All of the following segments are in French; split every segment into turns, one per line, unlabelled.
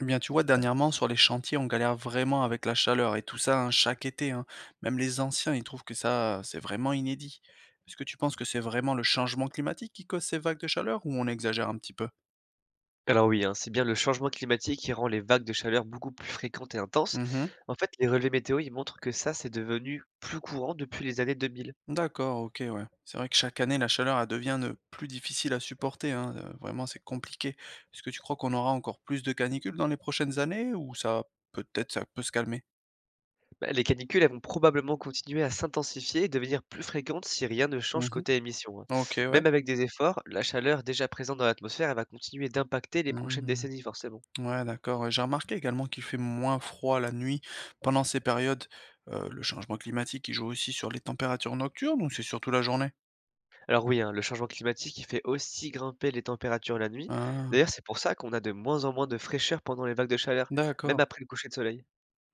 Eh bien, tu vois, dernièrement, sur les chantiers, on galère vraiment avec la chaleur et tout ça hein, chaque été. Hein. Même les anciens, ils trouvent que ça, c'est vraiment inédit. Est-ce que tu penses que c'est vraiment le changement climatique qui cause ces vagues de chaleur ou on exagère un petit peu?
Alors oui, hein, c'est bien le changement climatique qui rend les vagues de chaleur beaucoup plus fréquentes et intenses.
Mhm.
En fait, les relevés météo, ils montrent que ça, c'est devenu plus courant depuis les années 2000.
D'accord, ok, ouais. C'est vrai que chaque année, la chaleur, elle devient de plus difficile à supporter. Hein, vraiment, c'est compliqué. Est-ce que tu crois qu'on aura encore plus de canicules dans les prochaines années ou ça, peut-être, ça peut se calmer?
Bah, les canicules, elles vont probablement continuer à s'intensifier et devenir plus fréquentes si rien ne change
Mhm.
côté émissions, hein.
Ok, ouais.
Même avec des efforts, la chaleur déjà présente dans l'atmosphère, elle va continuer d'impacter les prochaines
Mmh.
décennies, forcément.
Ouais, d'accord, ouais. J'ai remarqué également qu'il fait moins froid la nuit pendant ces périodes. Le changement climatique, il joue aussi sur les températures nocturnes ou c'est surtout la journée?
Alors oui, hein, le changement climatique, il fait aussi grimper les températures la nuit.
Ah,
D'ailleurs, c'est pour ça qu'on a de moins en moins de fraîcheur pendant les vagues de chaleur, même
d'accord.
après le coucher de soleil.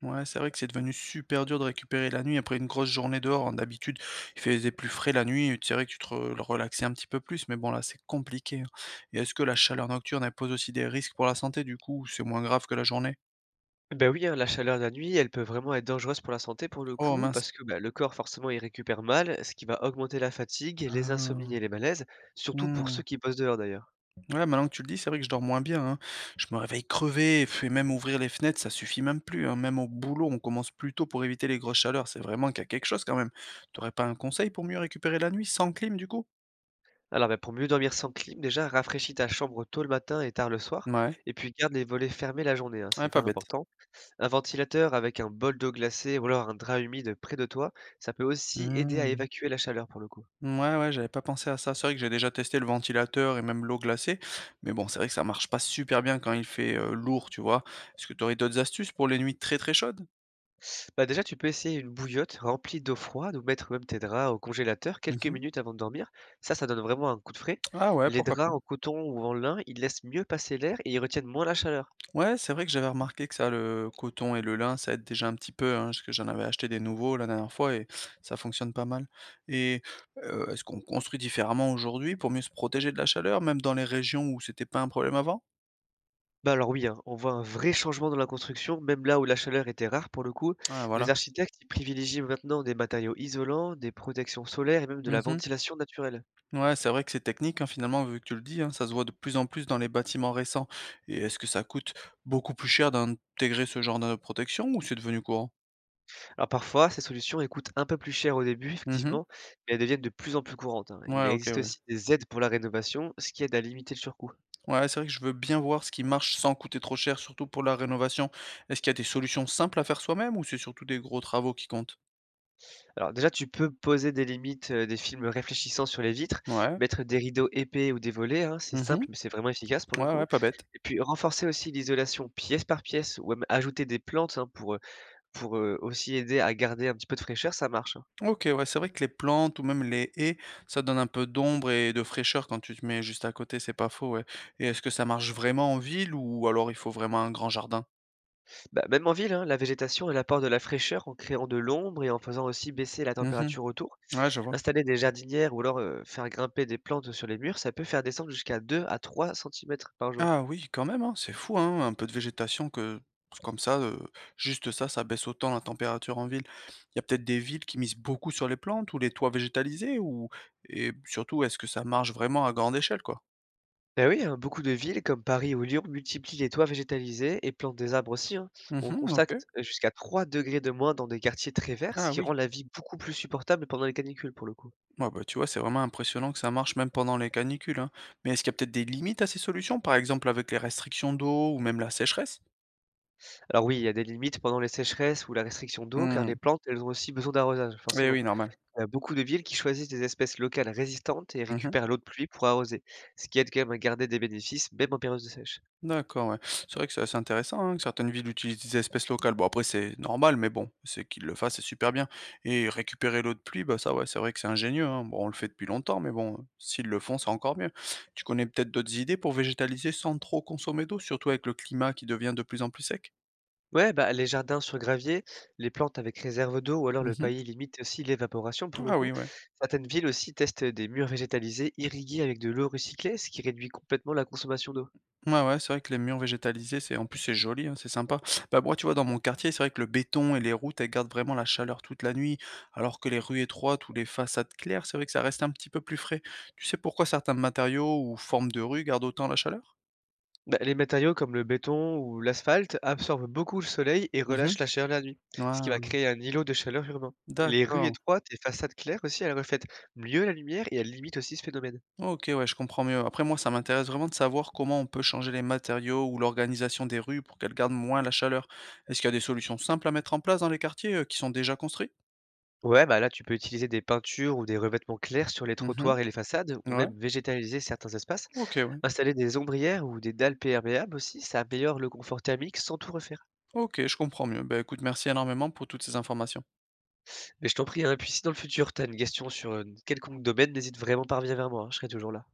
Ouais, c'est vrai que c'est devenu super dur de récupérer la nuit après une grosse journée dehors. Hein. D'habitude, il faisait plus frais la nuit, c'est vrai que relaxais un petit peu plus, mais bon, là, c'est compliqué. Hein. Et est-ce que la chaleur nocturne, elle pose aussi des risques pour la santé, du coup, ou c'est moins grave que la journée?
Ben oui, hein, la chaleur de la nuit, elle peut vraiment être dangereuse pour la santé pour le
Oh,
coup,
mince.
parce que, bah, le corps forcément il récupère mal, ce qui va augmenter la fatigue, les insomnies
Ah,
et les malaises, surtout pour ceux
hmm.
qui bossent dehors d'ailleurs.
Ouais, maintenant que tu le dis, c'est vrai que je dors moins bien, hein. Je me réveille crevé, pff, et même ouvrir les fenêtres, ça suffit même plus, hein. Même au boulot, on commence plus tôt pour éviter les grosses chaleurs. C'est vraiment qu'il y a quelque chose quand même. T'aurais pas un conseil pour mieux récupérer la nuit sans clim, du coup?
Alors, bah, pour mieux dormir sans clim, déjà rafraîchis ta chambre tôt le matin et tard le soir,
Ouais,
et puis garde les volets fermés la journée, hein, c'est
ouais, pas
hyper
bête.
important. Un ventilateur avec un bol d'eau glacée ou alors un drap humide près de toi, ça peut aussi aider à
Hmm.
évacuer la chaleur pour le coup.
Ouais, ouais, j'avais pas pensé à ça. C'est vrai que j'ai déjà testé le ventilateur et même l'eau glacée, mais bon, c'est vrai que ça marche pas super bien quand il fait lourd, tu vois. Est-ce que t'aurais d'autres astuces pour les nuits très très chaudes?
Bah déjà, tu peux essayer une bouillotte remplie d'eau froide ou mettre même tes draps au congélateur quelques
Mhm.
minutes avant de dormir. Ça donne vraiment un coup de frais.
Ah ouais,
Les
pourquoi pas.
draps en coton ou en lin, ils laissent mieux passer l'air et ils retiennent moins la chaleur.
Ouais, c'est vrai que j'avais remarqué que ça, le coton et le lin, ça aide déjà un petit peu, hein, parce que j'en avais acheté des nouveaux la dernière fois et ça fonctionne pas mal. Et Est-ce qu'on construit différemment aujourd'hui pour mieux se protéger de la chaleur, même dans les régions où c'était pas un problème avant?
Bah alors oui, hein, on voit un vrai changement dans la construction, même là où la chaleur était rare pour le coup.
Ah,
Les
voilà.
architectes, ils privilégient maintenant des matériaux isolants, des protections solaires et même de la
Mhm.
ventilation naturelle.
Ouais, c'est vrai que c'est technique, hein, finalement, vu que tu le dis, hein, ça se voit de plus en plus dans les bâtiments récents. Et est-ce que ça coûte beaucoup plus cher d'intégrer ce genre de protection ou c'est devenu courant?
Alors parfois, ces solutions elles coûtent un peu plus cher au début,
Mhm.
effectivement, mais elles deviennent de plus en plus courantes, hein. Il
Ouais, ok,
existe
ouais.
aussi des aides pour la rénovation, ce qui aide à limiter le surcoût.
Ouais, c'est vrai que je veux bien voir ce qui marche sans coûter trop cher, surtout pour la rénovation. Est-ce qu'il y a des solutions simples à faire soi-même ou c'est surtout des gros travaux qui comptent?
Alors déjà, tu peux poser des limites, des films réfléchissants sur les vitres,
Ouais.
mettre des rideaux épais ou des volets, hein, c'est simple,
Mhm.
mais c'est vraiment efficace pour le
Ouais,
coup.
ouais, pas bête.
Et puis renforcer aussi l'isolation pièce par pièce ou même ajouter des plantes, hein, pour aussi aider à garder un petit peu de fraîcheur, ça marche, hein.
Ok, ouais, c'est vrai que les plantes ou même les haies, ça donne un peu d'ombre et de fraîcheur quand tu te mets juste à côté, c'est pas faux, ouais. Et est-ce que ça marche vraiment en ville ou alors il faut vraiment un grand jardin?
Bah, même en ville, hein, la végétation, elle apporte de la fraîcheur en créant de l'ombre et en faisant aussi baisser la
Mhm.
température autour.
Ouais, je vois.
Installer des jardinières ou alors faire grimper des plantes sur les murs, ça peut faire descendre jusqu'à 2 à 3 centimètres par jour.
Ah oui, quand même, hein, c'est fou, hein, un peu de végétation que comme ça, juste ça, ça baisse autant la température en ville. Il y a peut-être des villes qui misent beaucoup sur les plantes ou les toits végétalisés ou et surtout, est-ce que ça marche vraiment à grande échelle, quoi?
Et oui, hein, beaucoup de villes comme Paris ou Lyon multiplient les toits végétalisés et plantent des arbres aussi, hein. On
Mmh. OK.
constate jusqu'à 3 degrés de moins dans des quartiers très verts, ce
Ah
qui
oui.
rend la vie beaucoup plus supportable pendant les canicules pour le coup.
Ouais, bah, tu vois, c'est vraiment impressionnant que ça marche même pendant les canicules, hein. Mais est-ce qu'il y a peut-être des limites à ces solutions, par exemple avec les restrictions d'eau ou même la sécheresse?
Alors oui, il y a des limites pendant les sécheresses ou la restriction d'eau, car les
Mmh.
plantes, elles ont aussi besoin d'arrosage,
Eh
forcément.
oui, normal.
Il y a beaucoup de villes qui choisissent des espèces locales résistantes et
Mmh.
récupèrent l'eau de pluie pour arroser, ce qui aide quand même à garder des bénéfices, même en période de sèche.
D'accord, ouais. C'est vrai que c'est assez intéressant, hein, que certaines villes utilisent des espèces locales. Bon, après, c'est normal, mais bon, c'est qu'ils le fassent, c'est super bien. Et récupérer l'eau de pluie, bah ça, ouais, c'est vrai que c'est ingénieux, hein. Bon, on le fait depuis longtemps, mais bon, s'ils le font, c'est encore mieux. Tu connais peut-être d'autres idées pour végétaliser sans trop consommer d'eau, surtout avec le climat qui devient de plus en plus sec?
Ouais, bah, les jardins sur gravier, les plantes avec réserve d'eau ou alors le
Mhm.
paillis limite aussi l'évaporation pour le
Ah
coup.
oui, ouais.
Certaines villes aussi testent des murs végétalisés irrigués avec de l'eau recyclée, ce qui réduit complètement la consommation d'eau.
Ouais, ouais, c'est vrai que les murs végétalisés, c'est en plus c'est joli, hein, c'est sympa. Bah moi, tu vois, dans mon quartier, c'est vrai que le béton et les routes, elles gardent vraiment la chaleur toute la nuit, alors que les rues étroites ou les façades claires, c'est vrai que ça reste un petit peu plus frais. Tu sais pourquoi certains matériaux ou formes de rue gardent autant la chaleur?
Bah, les matériaux comme le béton ou l'asphalte absorbent beaucoup le soleil et relâchent
Mhm.
la chaleur la nuit, ce qui va
Ouais,
créer un îlot de chaleur urbain. Les rues
d'accord.
étroites et façades claires aussi, elles reflètent mieux la lumière et elles limitent aussi ce phénomène.
Ok, ouais, je comprends mieux. Après, moi, ça m'intéresse vraiment de savoir comment on peut changer les matériaux ou l'organisation des rues pour qu'elles gardent moins la chaleur. Est-ce qu'il y a des solutions simples à mettre en place dans les quartiers qui sont déjà construits?
Ouais, bah là, tu peux utiliser des peintures ou des revêtements clairs sur les trottoirs
Mhm.
et les façades, ou
Ouais,
même végétaliser certains espaces.
ok, ouais.
Installer des ombrières ou des dalles perméables aussi, ça améliore le confort thermique sans tout refaire.
OK, je comprends mieux. Ben écoute, merci énormément pour toutes ces informations.
Mais je t'en prie, hein, puis si dans le futur, t'as une question sur quelconque domaine, n'hésite vraiment pas à revenir vers moi, hein, je serai toujours là.